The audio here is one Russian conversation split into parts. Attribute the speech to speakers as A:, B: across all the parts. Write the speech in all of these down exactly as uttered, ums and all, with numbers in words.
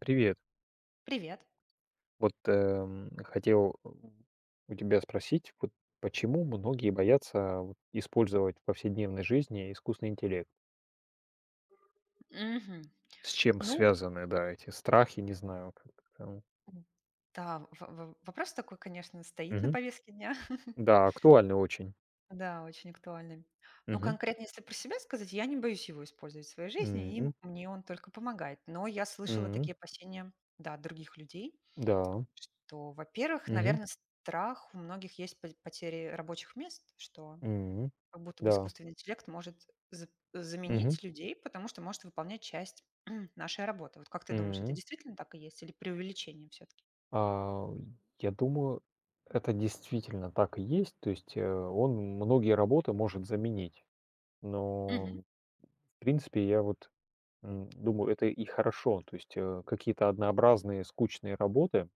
A: Привет.
B: Привет.
A: Вот эм, хотел м, у тебя спросить, вот почему многие боятся вот использовать в повседневной жизни искусственный интеллект?
B: Мгм.
A: С чем
B: Ну,
A: связаны, да, эти страхи, не знаю, как там.
B: м, да, в- в- Вопрос такой, конечно, стоит на
A: Мгм.
B: повестке дня.
A: Да, актуально очень.
B: Да, очень актуальный. Ну,
A: Мгм.
B: конкретно, если про себя сказать, я не боюсь его использовать в своей жизни, и
A: Мгм.
B: мне он только помогает. Но я слышала
A: Мгм.
B: такие опасения, да, от других людей,
A: Да.
B: что, во-первых,
A: Мгм.
B: наверное, страх у многих есть по- потери рабочих мест. Что
A: Мгм.
B: как будто бы
A: Да.
B: искусственный интеллект может за
A: Мгм.
B: заменить людей, потому что может выполнять часть нашей работы. Вот как ты думаешь, это
A: Мгм.
B: действительно так и есть или преувеличение все таки?
A: А, я думаю, это действительно так и есть. То есть э, он многие работы может заменить. Но в принципе, я вот, м, думаю, это и хорошо. То есть, э, какие-то однообразные скучные работы,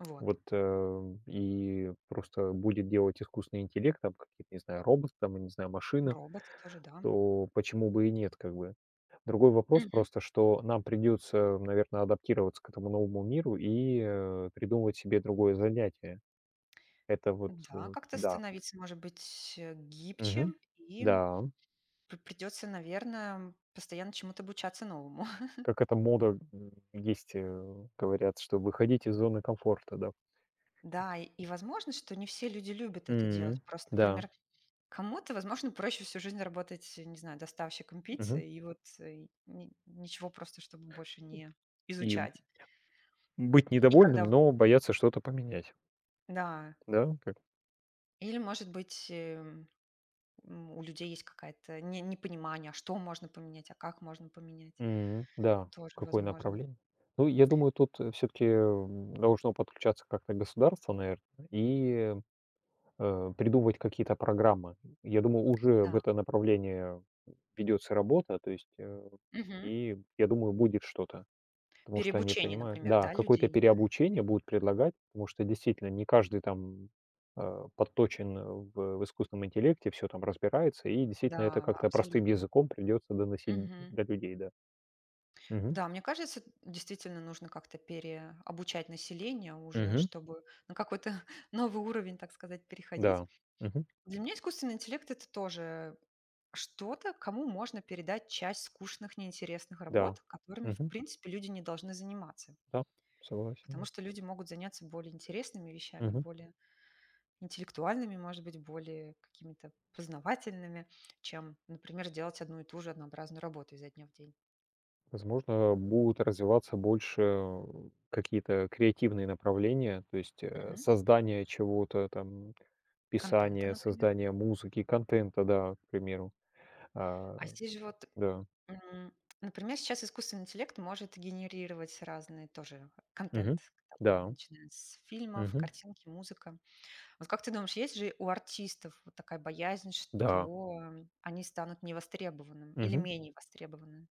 B: Вот.
A: вот, э, и просто будет делать искусственный интеллект, там какие-то, не знаю, робот, там, я не знаю, машина,
B: Роботы тоже, да.
A: то почему бы и нет, как бы. Другой вопрос
B: Мгм.
A: просто, что нам придется, наверное, адаптироваться к этому новому миру и, э, придумывать себе другое занятие. Это вот, э,
B: Да,
A: вот,
B: как-то
A: да.
B: становиться, может быть, э, гибче,
A: Мгм.
B: и
A: Да,
B: п придется, наверное, постоянно чему-то обучаться новому.
A: как эта мода, м, есть, э, говорят, что выходить из зоны комфорта, да.
B: Да, и и возможно, что не все люди любят это делать.
A: М,
B: Просто,
A: да,
B: например, кому-то, возможно, проще всю жизнь работать, э, не знаю, доставщиком
A: мгм.
B: пиццы и вот, э, ни- ничего просто, чтобы больше не
A: И б-
B: изучать.
A: быть
B: И
A: недовольным,
B: когда, в-
A: но бояться что-то поменять,
B: да,
A: да, как?
B: или, может быть, эм, м, у людей есть какое-то не- непонимание: а что можно поменять, а как можно поменять,
A: М, да,
B: тоже
A: какое
B: возможно.
A: направление? Ну, я думаю, тут все-таки должно подключаться как-то государство, наверное, и, э, придумывать какие-то программы. Я думаю, уже в
B: Да.
A: это направление ведется работа, то есть, э,
B: Мгм.
A: и я думаю, будет что-то. Потому что они
B: Переобучение,
A: понимают,
B: например,
A: да,
B: да,
A: какое-то
B: людей.
A: переобучение будут предлагать, потому что действительно не каждый там, э, подточен в в искусственном интеллекте, все там разбирается, и действительно это
B: Да,
A: как-то простым
B: абсолютно.
A: языком придется доносить
B: Мгм.
A: до людей, да. Мгм.
B: Да, мне кажется, действительно нужно как-то переобучать население уже,
A: Мгм.
B: чтобы на какой-то новый уровень, так сказать, переходить.
A: Да. Мгм.
B: Для меня искусственный интеллект — это тоже что-то, кому можно передать часть скучных, неинтересных
A: Да.
B: работ, которыми, в
A: Мгм.
B: принципе, люди не должны заниматься.
A: Да. Согласен,
B: Потому
A: да.
B: что люди могут заняться более интересными вещами,
A: Мгм.
B: более интеллектуальными, может быть, более какими-то познавательными, чем, например, делать одну и ту же однообразную работу изо дня в день.
A: Возможно, будут развиваться больше, э, какие-то креативные направления, то есть, э,
B: Мгм.
A: создание чего-то там,
B: Контента,
A: писание,
B: например.
A: создание музыки, контента, да, к примеру. А,
B: А здесь же вот,
A: да.
B: м, например, сейчас искусственный интеллект может генерировать разные тоже контент,
A: Мгм.
B: там,
A: Да.
B: начиная с фильмов,
A: Мгм.
B: картинки, музыка. Вот как ты думаешь, есть же у артистов вот такая боязнь,
A: Да.
B: что они станут невостребованным или
A: Мгм.
B: менее востребованным?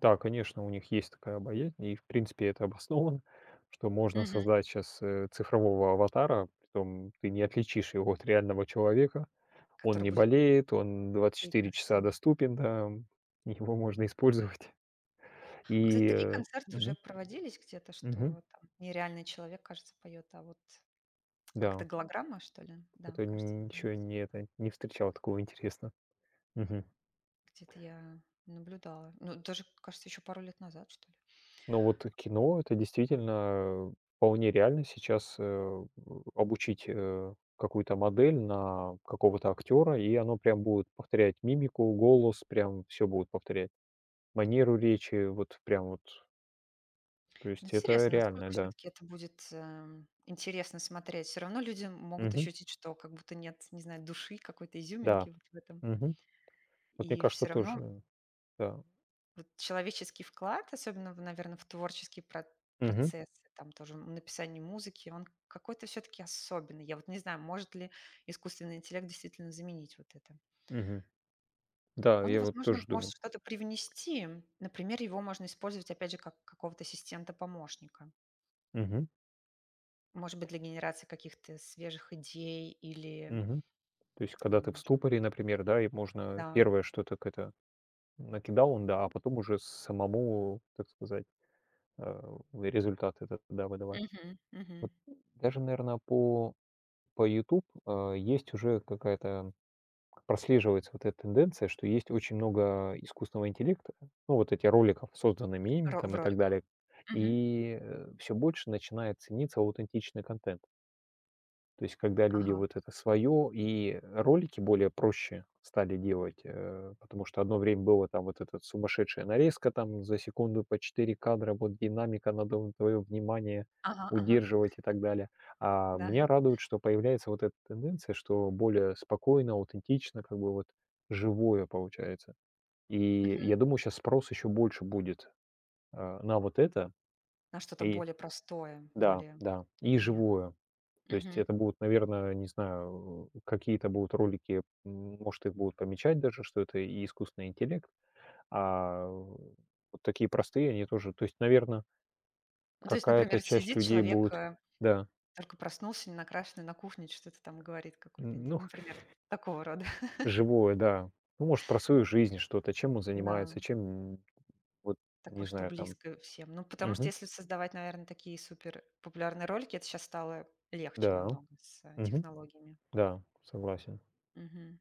A: Да, конечно, у них есть такая боязнь, и, в принципе, это обосновано, что можно
B: Мгм.
A: создать сейчас цифрового аватара, притом ты не отличишь его от реального человека. Он
B: Который
A: не
B: будет
A: болеет, он двадцать
B: петь на
A: четыре часа
B: сцене.
A: доступен, да, его можно использовать.
B: А, кстати,
A: И,
B: такие
A: э,
B: концерты уже
A: мгм,
B: проводились где-то,
A: мгм,
B: что там нереальный человек, кажется, поет, а вот
A: да,
B: как-то
A: вот
B: голограмма, что ли? Да,
A: это
B: кажется,
A: н еще
B: называется.
A: не это, не встречал такого, интересно.
B: Где-то я наблюдала. Ну, даже, кажется, еще пару лет назад, что ли.
A: Но вот кино — это действительно э, вполне реально сейчас, э, обучить, э, какую-то модель на какого-то актера, и оно прям будет повторять мимику, голос, прям все будет повторять, манеру речи, вот прям вот. То
B: Ну,
A: есть это
B: интересно,
A: реально,
B: насколько
A: да.
B: все-таки это будет эм, интересно смотреть. Все равно люди могут
A: Мгм.
B: ощутить, что как будто нет, не знаю, души, какой-то
A: Да.
B: изюминки вот в этом.
A: Мгм. Вот мне
B: И
A: кажется,
B: все равно
A: тоже, да.
B: вот человеческий вклад, особенно, наверное, в творческий про
A: Мгм.
B: процесс, там тоже написание музыки, он какой-то все таки особенный. Я вот не знаю, может ли искусственный интеллект действительно заменить вот это.
A: Мгм. Да,
B: Он,
A: я вот
B: возможно,
A: тоже
B: может
A: думаю.
B: что-то привнести. Например, его можно использовать, опять же, как какого-то ассистента-помощника.
A: Мгм.
B: Может быть, для генерации каких-то свежих идей или,
A: Мгм. То есть когда ты в
B: м,
A: ступоре, например, да, и можно
B: да.
A: первое, что так это накидал он, да, а потом уже самому, так сказать, э, результат этот, да, выдавать.
B: Мгм, мгм.
A: Вот даже, наверное, по по YouTube э, есть уже какая-то прослеживается вот эта тенденция, что есть очень много искусственного интеллекта, ну, вот этих роликов, созданными ими
B: Ро В
A: там и так
B: роликах.
A: далее.
B: Мгм.
A: И все больше начинает цениться аутентичный контент. То есть, когда люди
B: Ага.
A: вот это свое и ролики более проще стали делать, э, потому что одно время было там вот эта сумасшедшая нарезка там за секунду по четыре кадра, вот динамика, надо твое внимание
B: Ага, ага.
A: удерживать и так далее. А
B: Да.
A: меня радует, что появляется вот эта тенденция, что более спокойно, аутентично, как бы вот живое получается. И я думаю, сейчас спрос еще больше будет э, на вот это.
B: На что-то
A: И
B: более простое,
A: да,
B: более
A: да, и
B: понятное.
A: живое. То есть
B: Мгм.
A: это будут, наверное, не знаю, э, какие-то будут ролики, м, может, их будут помечать даже, что это и искусственный интеллект, а э, вот такие простые они тоже. То есть, наверное,
B: Ну, то есть, например,
A: какая-то часть
B: сидит
A: людей
B: человек,
A: будет,
B: э,
A: да,
B: только проснулся, не накрашенный, на кухне что-то там говорит какой
A: н-
B: то инте
A: ну,
B: например, такого рода.
A: живое, да. Ну, может, про свою жизнь что-то, чем он
B: Да,
A: занимается, чем, м, вот, не
B: такое, что
A: знаю, там.
B: близко всем. Ну, потому что
A: Мгм.
B: если создавать, наверное, такие супер популярные ролики, это сейчас стало легче
A: Да.
B: намного с, э,
A: Мгм.
B: технологиями.
A: Да, согласен.
B: Мгм.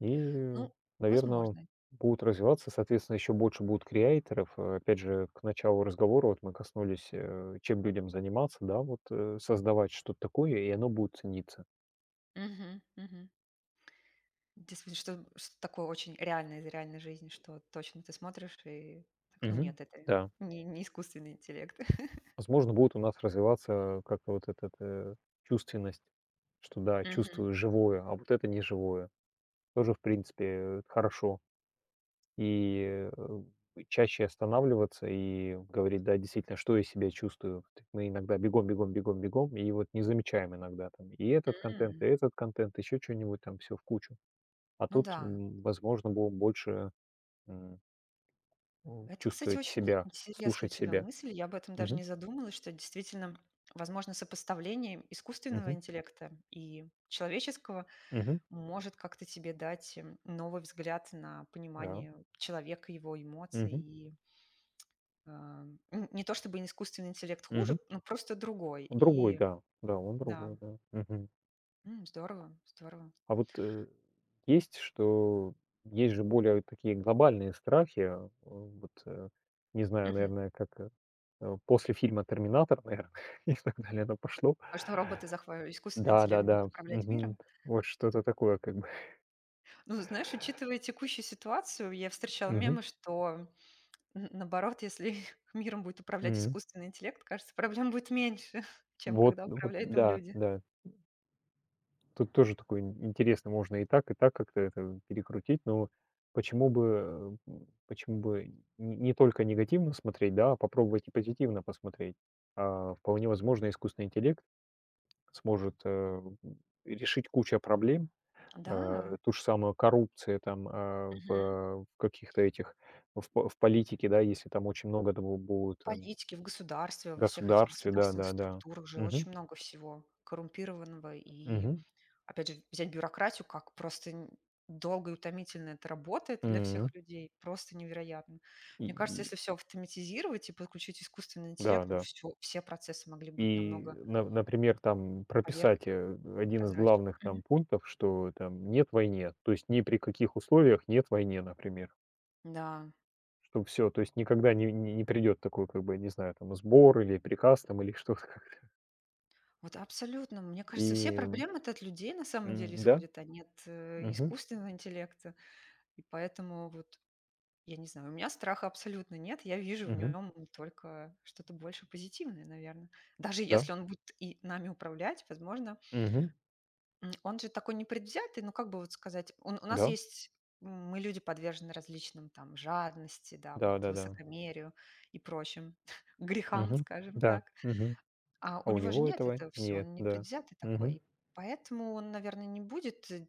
A: И,
B: Ну,
A: наверное,
B: возможно.
A: будут развиваться, соответственно, еще больше будут креаторов. Э, опять же, к началу разговора вот мы коснулись, э, чем людям заниматься, да, вот, э, создавать что-то такое, и оно будет цениться.
B: Мгм, мгм. Действительно, что что такое очень реальное из реальной жизни, что точно ты смотришь и так, ну,
A: Мгм.
B: нет, это
A: Да.
B: не не искусственный интеллект.
A: Возможно, будет у нас развиваться как-то вот эта э, чувственность, что да,
B: Мгм.
A: чувствую живое, а вот это неживое. Тоже, в принципе, э, хорошо. И, э, чаще останавливаться и говорить: "Да, действительно, что я себя чувствую?" Т Мы иногда бегом, бегом, бегом, бегом и вот не замечаем иногда там и этот контент, и
B: М.
A: этот контент, еще что нибудь там, все в кучу. А
B: Ну
A: тут,
B: да.
A: м, возможно, было больше, м, м,
B: Это, кстати,
A: чувствовать
B: очень
A: себя,
B: интересная у
A: слушать
B: тебя
A: себя.
B: мысль. Я об этом даже
A: Мгм,
B: не задумалась, что действительно, возможно, сопоставление искусственного
A: мгм,
B: интеллекта и человеческого
A: мгм,
B: может как-то тебе дать, м, новый взгляд на
A: да,
B: понимание человека, его эмоций.
A: мгм,
B: И э, н- не то чтобы искусственный интеллект
A: мгм.
B: хуже, но просто другой.
A: Другой,
B: И
A: да, да, он
B: да,
A: другой, да. Мгм.
B: М, здорово, здорово.
A: А вот, э, есть, что есть же более такие глобальные страхи. Э, вот, э, не знаю,
B: Мгм.
A: наверное, как, э, э, после фильма "Терминатор", наверное, и так далее оно пошло.
B: А что роботы захватывают? Искусственный интеллект будет
A: Да-да-да,
B: управлять
A: мгм.
B: миром?
A: Вот что-то такое как бы.
B: Ну, знаешь, учитывая текущую ситуацию, я встречала
A: Мгм,
B: мемы, что н- наоборот, если миром будет управлять
A: мгм.
B: искусственный интеллект, кажется, проблем будет меньше, чем
A: Вот,
B: когда
A: вот,
B: управляют им
A: да,
B: люди.
A: да. Тут тоже такой ин интересно, можно и так, и так как-то это перекрутить, но почему бы, э, м, почему бы н не только негативно смотреть, да, а попробовать и позитивно посмотреть. А, вполне возможно, искусственный интеллект сможет, э, м, решить кучу проблем,
B: Да,
A: э, ту же самую коррупцию там, а,
B: мгм.
A: в в каких-то этих, в по в политике, да, если там очень много этого будет, эм,
B: Политики в государстве, во всех этих
A: государстве,
B: государственных
A: да-да-да.
B: структурах же
A: Мгм,
B: очень много всего коррумпированного. И,
A: мгм,
B: опять же, взять бюрократию, как просто н- долго и утомительно это работает для
A: м.
B: всех людей, просто невероятно.
A: И
B: Мне кажется,
A: и
B: если все автоматизировать и подключить искусственный
A: да,
B: интеллект, ну,
A: да.
B: все, все процессы могли быть
A: И,
B: намного
A: на например, там
B: поверх
A: прописать, э, один из
B: прозрачный.
A: главных
B: Мгм.
A: там пунктов, что там нет войне, то есть ни при каких условиях нет войне, например.
B: Да,
A: Чтоб все, то есть никогда не не не придет такой, как бы, не знаю, там сбор или приказ там, или что-то как-то.
B: вот абсолютно. Мне кажется, все
A: И,
B: проблемы-то от людей на самом
A: м,
B: деле
A: да,
B: исходят, а не от, э,
A: мгм,
B: искусственного интеллекта. И поэтому вот, я не знаю, у меня страха абсолютно нет. Я вижу в
A: мгм,
B: нем только что-то больше позитивное, наверное. Даже
A: да,
B: если он будет и нами управлять, возможно,
A: мгм,
B: м, он же такой непредвзятый, ну, как бы вот сказать, он у нас
A: да,
B: есть, м, мы люди подвержены различным там жадности, да, вот
A: да-да-да,
B: высокомерию и прочим грехам,
A: мгм,
B: скажем
A: да,
B: так.
A: мгм.
B: А у
A: А у
B: него же
A: него
B: нет
A: этого
B: этого все,
A: нет,
B: он не
A: да.
B: предвзятый
A: Мгм,
B: такой. Поэтому он, наверное, не будет, э,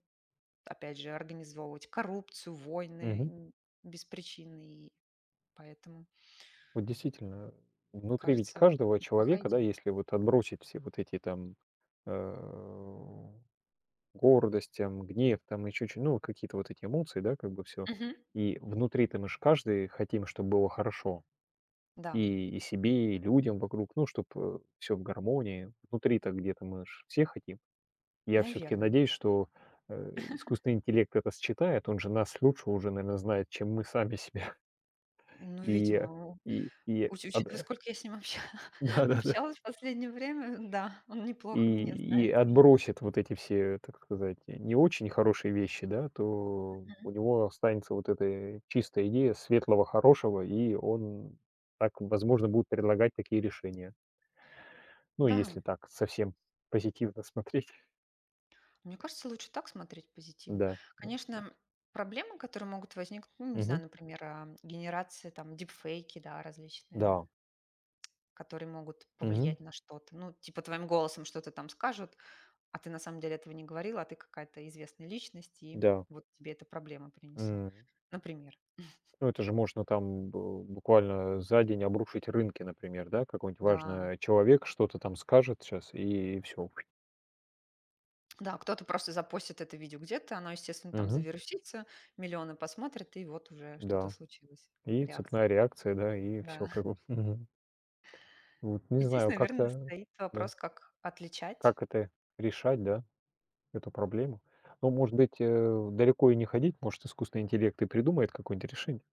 B: опять же, организовывать коррупцию, войны
A: мгм.
B: н- без причины. И поэтому,
A: Вот действительно, внутри ведь
B: кажется,
A: каждого
B: плохая
A: человека, да,
B: идея.
A: если вот отбросить все вот эти там э, гордость, там, гнев, там еще чё- ну, какие-то вот эти эмоции, да, как бы все.
B: Мгм.
A: И внутри там мы же каждый хотим, чтобы было хорошо.
B: Да,
A: И, и себе, и людям вокруг, ну, чтобы все в гармонии. Внутри-то где-то мы ж все хотим. Я все-таки
B: наверное.
A: надеюсь, что э, искусственный интеллект это считает, он же нас лучше уже, наверное, знает, чем мы сами себя.
B: Ну,
A: И,
B: видимо, у-
A: и, и,
B: уч-
A: а,
B: учитывая,
A: да,
B: сколько я с ним обща-
A: да, да, да.
B: общалась в последнее время, да, он неплохо
A: И
B: меня
A: и
B: знает уже.
A: отбросит вот эти все, так сказать, не очень хорошие вещи, да, то у него останется вот эта чистая идея светлого, хорошего, и он так, возможно, будет предлагать такие решения. Ну,
B: Да.
A: если так совсем позитивно смотреть.
B: Мне кажется, лучше так смотреть позитивно.
A: Да. М.
B: Конечно, проблемы, которые могут возникнуть, ну, не знаю,
A: Мгм.
B: например, а, генерация там дипфейки, да,
A: Да.
B: различные, которые могут
A: Мгм.
B: повлиять на что-то. Ну, типа твоим голосом что-то там скажут, а ты на самом деле этого не говорила, а ты какая-то известная личность, и
A: Да.
B: вот тебе эта проблема принесла.
A: М.
B: Например.
A: Ну, это же можно там бу буквально за день обрушить рынки, например, да. Какой-нибудь
B: Да,
A: важный человек что-то там скажет сейчас и все.
B: да, кто-то просто запостит это видео где-то, оно, естественно, там завирусится, миллионы посмотрят, и вот уже что-то
A: Да.
B: случилось,
A: И
B: реакция,
A: цепная реакция, да, и все
B: да.
A: как бы. Мгм. Вот не
B: Здесь,
A: знаю,
B: наверное,
A: как-то,
B: стоит
A: да,
B: вопрос, как отличать,
A: как это решать, да, эту проблему. Ну, может быть, э, далеко и не ходить, может, искусственный интеллект и придумает какое-нибудь решение.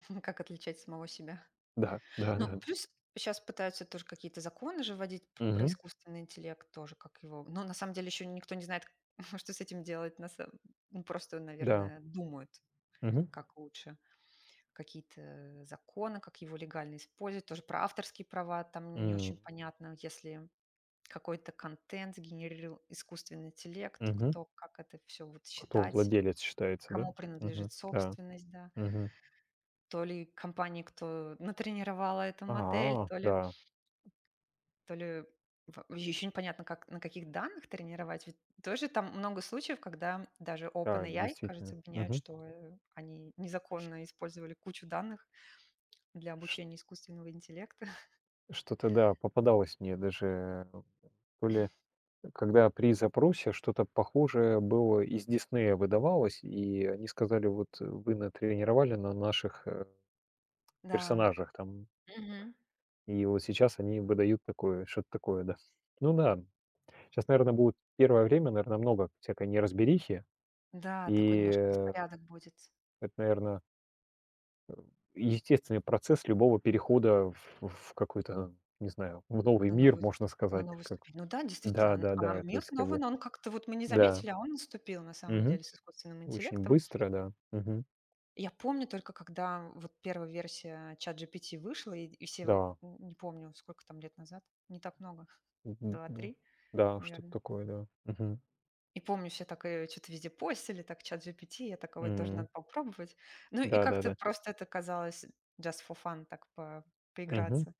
B: как отличать самого себя.
A: Да,
B: Ну,
A: да-да-да.
B: плюс сейчас пытаются тоже какие-то законы же вводить п про
A: Мгм.
B: искусственный интеллект, тоже как его, но на самом деле еще никто не знает, что с этим делать. На сам Ну, просто,
A: Да.
B: наверное, думают,
A: Мгм.
B: как лучше какие-то законы, как его легально использовать. Тоже про авторские права там не
A: М.
B: очень понятно, если какой-то контент сгенерировал искусственный интеллект,
A: Мгм.
B: кто как это все вот
A: Кто
B: считать,
A: владелец считается, да?
B: кому
A: Мгм.
B: принадлежит
A: Да.
B: собственность, да.
A: Мгм.
B: То ли компании, кто натренировала эту модель,
A: А,
B: то ли
A: да,
B: то ли еще непонятно, как на каких данных тренировать. Ведь тоже там много случаев, когда даже
A: да,
B: OpenAI,
A: действительно.
B: кажется, обвиняют,
A: Мгм.
B: что, э, они незаконно использовали кучу данных для
A: Ш
B: обучения искусственного интеллекта.
A: что-то, да, попадалось мне даже, э, то ли когда при запросе что-то похожее было из Диснея выдавалось, и они сказали: "Вот, э, вы натренировали на наших, э,
B: Да,
A: персонажах там".
B: мгм.
A: И вот сейчас они выдают такое, что-то такое, да. Ну да, сейчас, наверное, будет первое время, наверное, много всякой неразберихи,
B: Да, такой
A: и,
B: немножко
A: э,
B: беспорядок будет
A: это, наверное, естественный процесс любого перехода в в какой-то, не знаю, в новый
B: на
A: мир,
B: новую,
A: можно
B: на
A: сказать,
B: новую
A: как
B: ступень. Ну да, действительно, н а
A: да-да-да, то
B: мир
A: есть как
B: новый,
A: бы,
B: но он как-то вот мы не
A: да,
B: заметили, а он наступил на самом
A: мгм.
B: деле с искусственным
A: Очень
B: интеллектом.
A: быстро, да, мгм.
B: Я помню только, когда вот первая версия чат ChatGPT вышла, и и все,
A: Да.
B: м, не помню, сколько там лет назад, не так много,
A: Мгм, ну
B: два-три,
A: да, что-то
B: наверное.
A: такое, да. Мгм.
B: И помню, все так, э, чё-то везде постили, так, чат ChatGPT, я такая: "тоже надо
A: М.
B: попробовать". Ну и как-то
A: Да-да-да.
B: просто это казалось just for fun, так по
A: Мгм.
B: поиграться.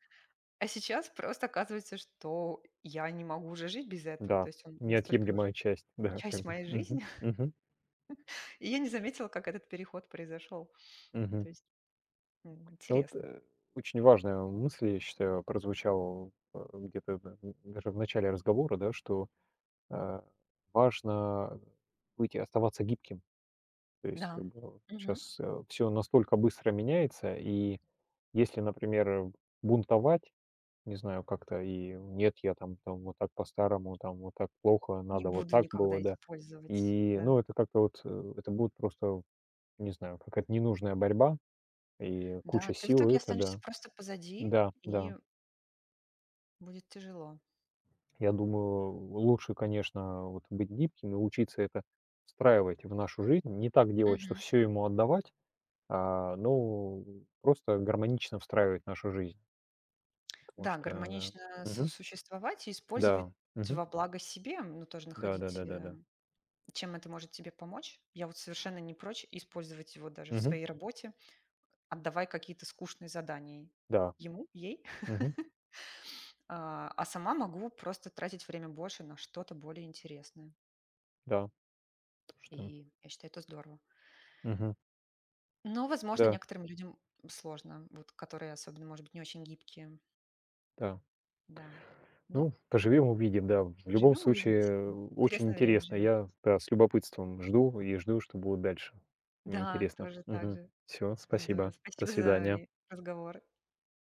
B: А сейчас просто оказывается, что я не могу уже жить без этого. То
A: Да.
B: есть он настолько уже
A: Неотъемлемая часть, да,
B: часть
A: как бы.
B: моей жизни,
A: Мгм, мгм,
B: и я не заметила, как этот переход произошел.
A: мгм.
B: То есть, м,
A: Ну вот,
B: интересно.
A: э, очень важная мысль, я считаю, прозвучала, э, где-то да, м, даже в начале разговора, да, что, э, важно быть и оставаться гибким. То есть
B: Да.
A: как бы
B: Мгм.
A: сейчас, все настолько быстро меняется, и если, например, бунтовать, не знаю, как-то и нет, я там там вот так по-старому, там вот так плохо,
B: Не
A: надо вот
B: буду
A: так было,
B: никогда
A: да.
B: использовать,
A: И,
B: да.
A: ну, это как-то вот, э, это будет просто, не знаю, какая-то ненужная борьба и
B: Да,
A: куча
B: ты в
A: сил, и
B: итоге
A: это
B: останешься
A: да.
B: просто позади,
A: Да, да.
B: и будет тяжело.
A: Я думаю, лучше, конечно, вот быть гибким и учиться это встраивать в нашу жизнь. Не так делать, что
B: Мгм.
A: все ему отдавать, а, ну, просто гармонично встраивать нашу жизнь, потому
B: Да,
A: что, э, да.
B: гармонично
A: Мгм.
B: сосуществовать и использовать
A: Да. Мгм.
B: во благо себе, ну, тоже находить, э,
A: Да-да-да-да-да.
B: чем это может тебе помочь. Я вот совершенно не прочь использовать его даже в
A: Мгм.
B: своей работе, отдавая какие-то скучные задания
A: Да.
B: ему, ей,
A: Мгм.
B: а, а сама могу просто тратить время больше на что-то более интересное.
A: Да, то, что
B: И я считаю, это здорово.
A: мгм.
B: Но, возможно,
A: Да,
B: некоторым людям сложно, вот которые особенно, может быть, не очень гибкие,
A: да.
B: да. Но
A: Ну, поживем, увидим, да. В любом
B: живем, увидим,
A: случае,
B: действительно.
A: очень
B: Интересное время
A: интересно.
B: живем.
A: Я, да, с любопытством жду и жду, что будет дальше. Мне
B: Да,
A: интересно.
B: тоже так же.
A: Все,
B: Здорово.
A: спасибо. До
B: Спасибо за
A: свидания.
B: разговор.